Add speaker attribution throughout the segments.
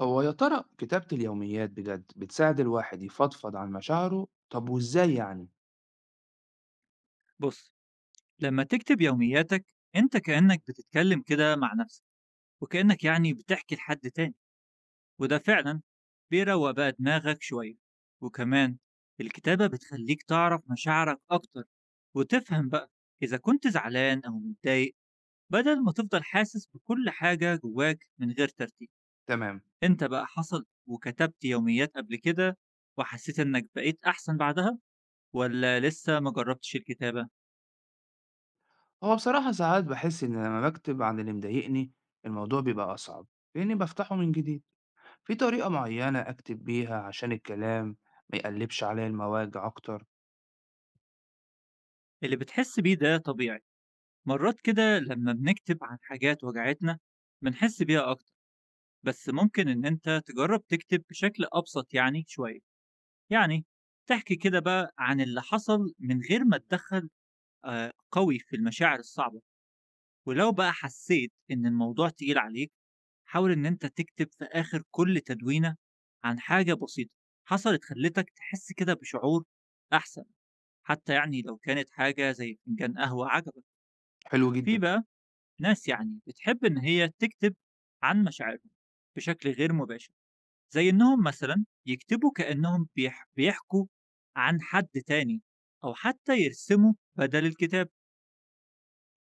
Speaker 1: هو يا ترى كتابة اليوميات بجد بتساعد الواحد يفضفض عن مشاعره؟ طب وإزاي يعني؟
Speaker 2: بص. لما تكتب يومياتك انت كأنك بتتكلم كده مع نفسك، وكأنك يعني بتحكي لحد تاني، وده فعلا بيروق بقى دماغك شوية. وكمان الكتابة بتخليك تعرف مشاعرك أكتر، وتفهم بقى إذا كنت زعلان أو متضايق، بدل ما تفضل حاسس بكل حاجة جواك من غير ترتيب.
Speaker 1: تمام.
Speaker 2: انت بقى حصل وكتبت يوميات قبل كده وحسيت انك بقيت أحسن بعدها، ولا لسه ما جربتش الكتابة؟
Speaker 1: هو بصراحة ساعات بحس إن لما بكتب عن اللي مضايقني الموضوع بيبقى أصعب لأني بفتحه من جديد. في طريقة معينة أكتب بيها عشان الكلام ما يقلبش عليا المواجع أكتر؟
Speaker 2: اللي بتحس بيه ده طبيعي، مرات كده لما بنكتب عن حاجات وجعتنا بنحس بيها أكتر. بس ممكن إن أنت تجرب تكتب بشكل أبسط يعني شوية، يعني تحكي كده بقى عن اللي حصل من غير ما تدخل آه، قوي في المشاعر الصعبة. ولو بقى حسيت إن الموضوع تقيل عليك، حاول إن أنت تكتب في آخر كل تدوينة عن حاجة بسيطة حصلت خلتك تحس كده بشعور أحسن، حتى يعني لو كانت حاجة زي فنجان قهوة عجبك.
Speaker 1: حلو
Speaker 2: في
Speaker 1: جدا.
Speaker 2: بقى ناس يعني بتحب إن هي تكتب عن مشاعرهم بشكل غير مباشر، زي إنهم مثلا يكتبوا كأنهم بيحكوا عن حد تاني، أو حتى يرسموا بدل الكتاب.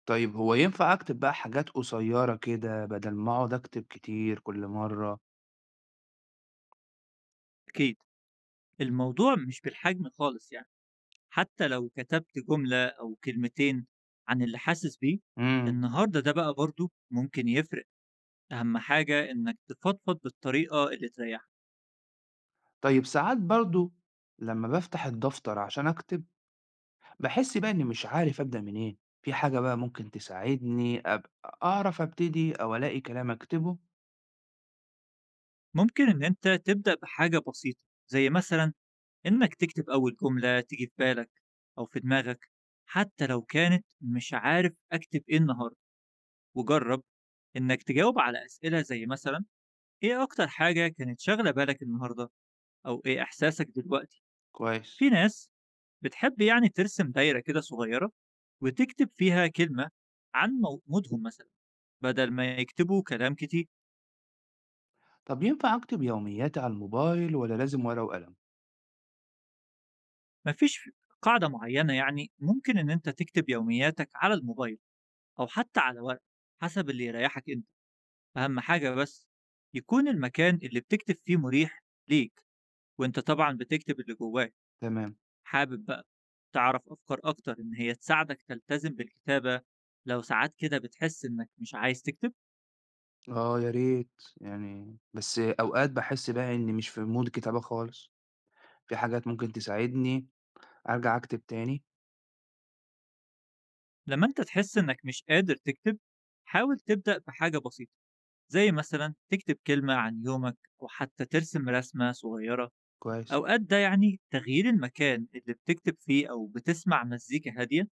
Speaker 1: طيب هو ينفع أكتب بقى حاجات قصيرة كده بدل ما أقعد أكتب كتير كل مرة؟
Speaker 2: أكيد الموضوع مش بالحجم خالص يعني، حتى لو كتبت جملة أو كلمتين عن اللي حاسس بيه
Speaker 1: مم.
Speaker 2: النهاردة ده بقى برضو ممكن يفرق. أهم حاجة إنك تفضفض بالطريقة اللي تريحك.
Speaker 1: طيب ساعات برضو لما بفتح الدفتر عشان أكتب باحس بقى إني مش عارف أبدأ منين، في حاجة بقى ممكن تساعدني أبقى أعرف أبتدي أو ألاقي كلام أكتبه؟
Speaker 2: ممكن إن أنت تبدأ بحاجة بسيطة، زي مثلا إنك تكتب أول جملة تيجي في بالك أو في دماغك، حتى لو كانت مش عارف أكتب إيه النهاردة. وجرب إنك تجاوب على أسئلة زي مثلا إيه أكتر حاجة كانت شاغلة بالك النهاردة، أو إيه إحساسك دلوقتي.
Speaker 1: كويس.
Speaker 2: في ناس بتحب يعني ترسم دايرة كده صغيرة وتكتب فيها كلمة عن مودهم مثلا، بدل ما يكتبوا كلام كتير.
Speaker 1: طب ينفع أكتب يومياتي على الموبايل والّا لازم ورقة وقلم؟
Speaker 2: مفيش قاعدة معينة يعني، ممكن إن أنت تكتب يومياتك على الموبايل أو حتى على ورق، حسب اللي يريحك أنت. أهم حاجة بس يكون المكان اللي بتكتب فيه مريح ليك، وأنت طبعا بتكتب اللي جواك.
Speaker 1: تمام.
Speaker 2: حابب بقى تعرف أفكار أكتر إن هي تساعدك تلتزم بالكتابة، لو ساعات كده بتحس إنك مش عايز تكتب؟
Speaker 1: آه يا ريت بس أوقات باحس بقى إني مش في مود كتابة خالص، في حاجات ممكن تساعدني أرجع أكتب تاني؟
Speaker 2: لما أنت تحس إنك مش قادر تكتب، حاول تبدأ بحاجة بسيطة، زي مثلا تكتب كلمة عن يومك أو حتى ترسم رسمة صغيرة.
Speaker 1: كويس.
Speaker 2: أوقات ده يعني تغيير المكان اللي بتكتب فيه أو بتسمع مزيكا هادية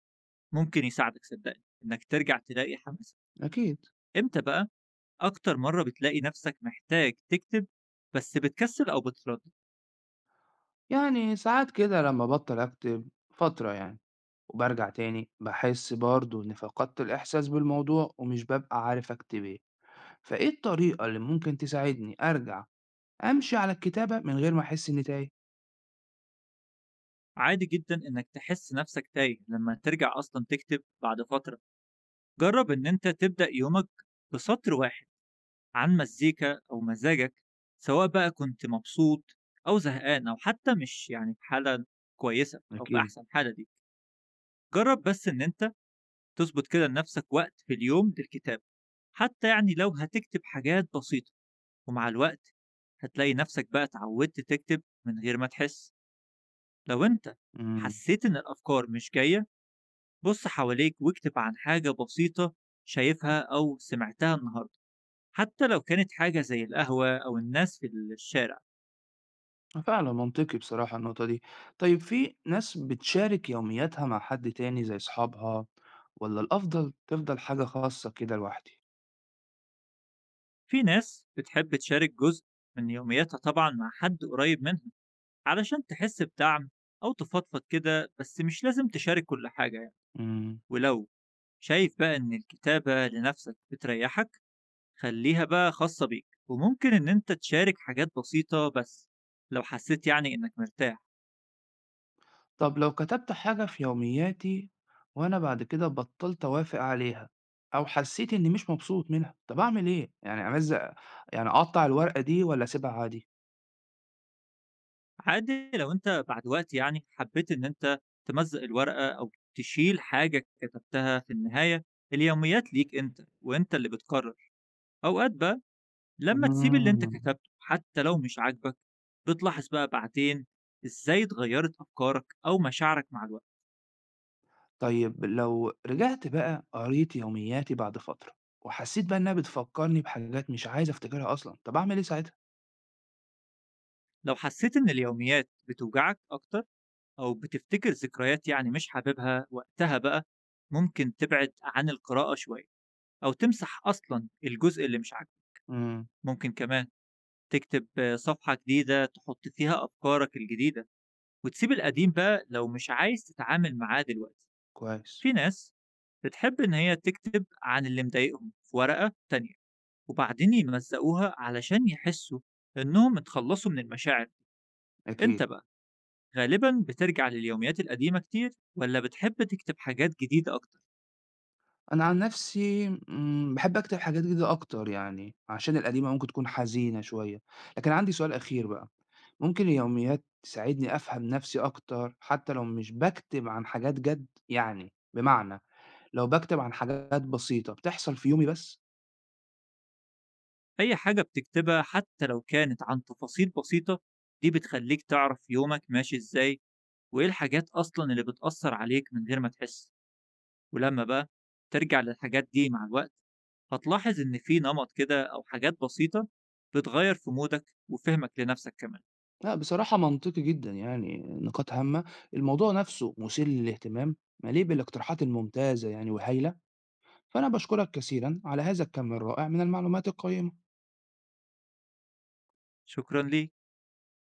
Speaker 2: ممكن يساعدك، صدقني إنك ترجع تلاقي حماسك.
Speaker 1: أكيد.
Speaker 2: إمتى بقى أكتر مرة بتلاقي نفسك محتاج تكتب بس بتكسل أو بتتردد؟
Speaker 1: يعني ساعات كده لما أبطل أكتب فترة يعني، وبارجع تاني باحس برضه إني فقدت الإحساس بالموضوع ومش بابقى عارف أكتب إيه. فإيه الطريقة اللي ممكن تساعدني أرجع أمشي على الكتابة من غير ما أحس إني تايه؟
Speaker 2: عادي جدا إنك تحس نفسك تايه لما ترجع أصلا تكتب بعد فترة، جرب إن أنت تبدأ يومك بسطر واحد عن مزيكا أو مزاجك، سواء بقى كنت مبسوط أو زهقان، أو حتى مش يعني في حالة كويسة أو في
Speaker 1: أكيد.
Speaker 2: أحسن حالة دي. جرب بس إن أنت تظبط كده لنفسك وقت في اليوم للكتاب، حتى يعني لو هتكتب حاجات بسيطة. ومع الوقت هتلاقي نفسك بقى اتعودت تكتب من غير ما تحس. لو انت
Speaker 1: امم
Speaker 2: حسيت ان الافكار مش جاية، بص حواليك واكتب عن حاجة بسيطة شايفها او سمعتها النهاردة، حتى لو كانت حاجة زي القهوة او الناس في الشارع.
Speaker 1: فعلا منطقي بصراحة النقطة دي. طيب في ناس بتشارك يومياتها مع حد تاني زي أصحابها، ولا الأفضل تفضل حاجة خاصة كده لوحدي؟
Speaker 2: في ناس بتحب تشارك جزء من يومياتها طبعا مع حد قريب منها، علشان تحس بدعم او تفضفض كده، بس مش لازم تشارك كل حاجة يعني.
Speaker 1: امم
Speaker 2: ولو شايف بقى ان الكتابة لنفسك بتريحك، خلّيها بقى خاصة بيك، وممكن إن أنت تشارك حاجات بسيطة بس، لو حسّيت يعني إنك مرتاح.
Speaker 1: طب لو كتبت حاجة في يومياتي وأنا بعد كده بطلت أوافق عليها أو حسيت إني مش مبسوط منها، طب أعمل إيه؟ يعني أمزق، يعني أقطع الورقة دي ولا أسيبها عادي؟
Speaker 2: عادي لو أنت بعد وقت يعني حبّيت إن أنت تمزّق الورقة أو تشيل حاجة كتبتها، في النهاية اليوميات ليك أنت، وأنت اللي بتقرر. أوقات بقى لمّا تسيب اللي أنت
Speaker 1: امم
Speaker 2: كتبته حتى لو مش عاجبك، بتلاحظ بقى بعدين إزاي اتغيّرت أفكارك أو مشاعرك مع الوقت.
Speaker 1: طيب لو رجعت بقى قريت يومياتي بعد فترة وحسيت بقى إنها بتفكرني بحاجات مش عايز أفتكرها أصلًا، طب أعمل إيه ساعتها؟
Speaker 2: لو حسّيت إن اليوميات بتوجعك أكتر أو بتفتكر ذكريات يعني مش حاببها وقتها، بقى ممكن تبعد عن القراءة شوية، أو تمسح أصلا الجزء اللي مش عاجبك.
Speaker 1: إمم،
Speaker 2: ممكن كمان تكتب آه، صفحة جديدة تحط فيها أفكارك الجديدة، وتسيب القديم بقى لو مش عايز تتعامل معاه دلوقتي.
Speaker 1: كويس.
Speaker 2: في ناس بتحب إن هي تكتب عن اللي مضايقهم في ورقة تانية، وبعدين يمزقوها علشان يحسوا إنهم اتخلصوا من المشاعر.
Speaker 1: أكيد.
Speaker 2: أنت بقى غالبا بترجع لليوميات القديمة كتير، ولا بتحب تكتب حاجات جديدة أكتر؟
Speaker 1: أنا عن نفسي باحب أكتب حاجات جديدة أكتر يعني، عشان القديمة ممكن تكون حزينة شوية. لكن عندي سؤال أخير بقى، ممكن اليوميات تساعدني أفهم نفسي أكتر حتى لو مش باكتب عن حاجات جد؟ يعني بمعنى لو باكتب عن حاجات بسيطة بتحصل في يومي بس؟
Speaker 2: أي حاجة بتكتبها حتى لو كانت عن تفاصيل بسيطة، دي بتخليك تعرف يومك ماشي إزاي، وإيه الحاجات أصلا اللي بتأثر عليك من غير ما تحس. ولما بقى ترجع للحاجات دي مع الوقت، هتلاحظ إن في نمط كده أو حاجات بسيطة بتغير في مودك وفهمك لنفسك كمان.
Speaker 1: لأ، بصراحة منطقي جدًا يعني، نقاط هامة. الموضوع نفسه مثير للاهتمام، مليء بالاقتراحات الممتازة يعني وهايلة، فأنا باشكرك كثيرًا على هذا الكم الرائع من المعلومات القيمة.
Speaker 2: شكرا ليك.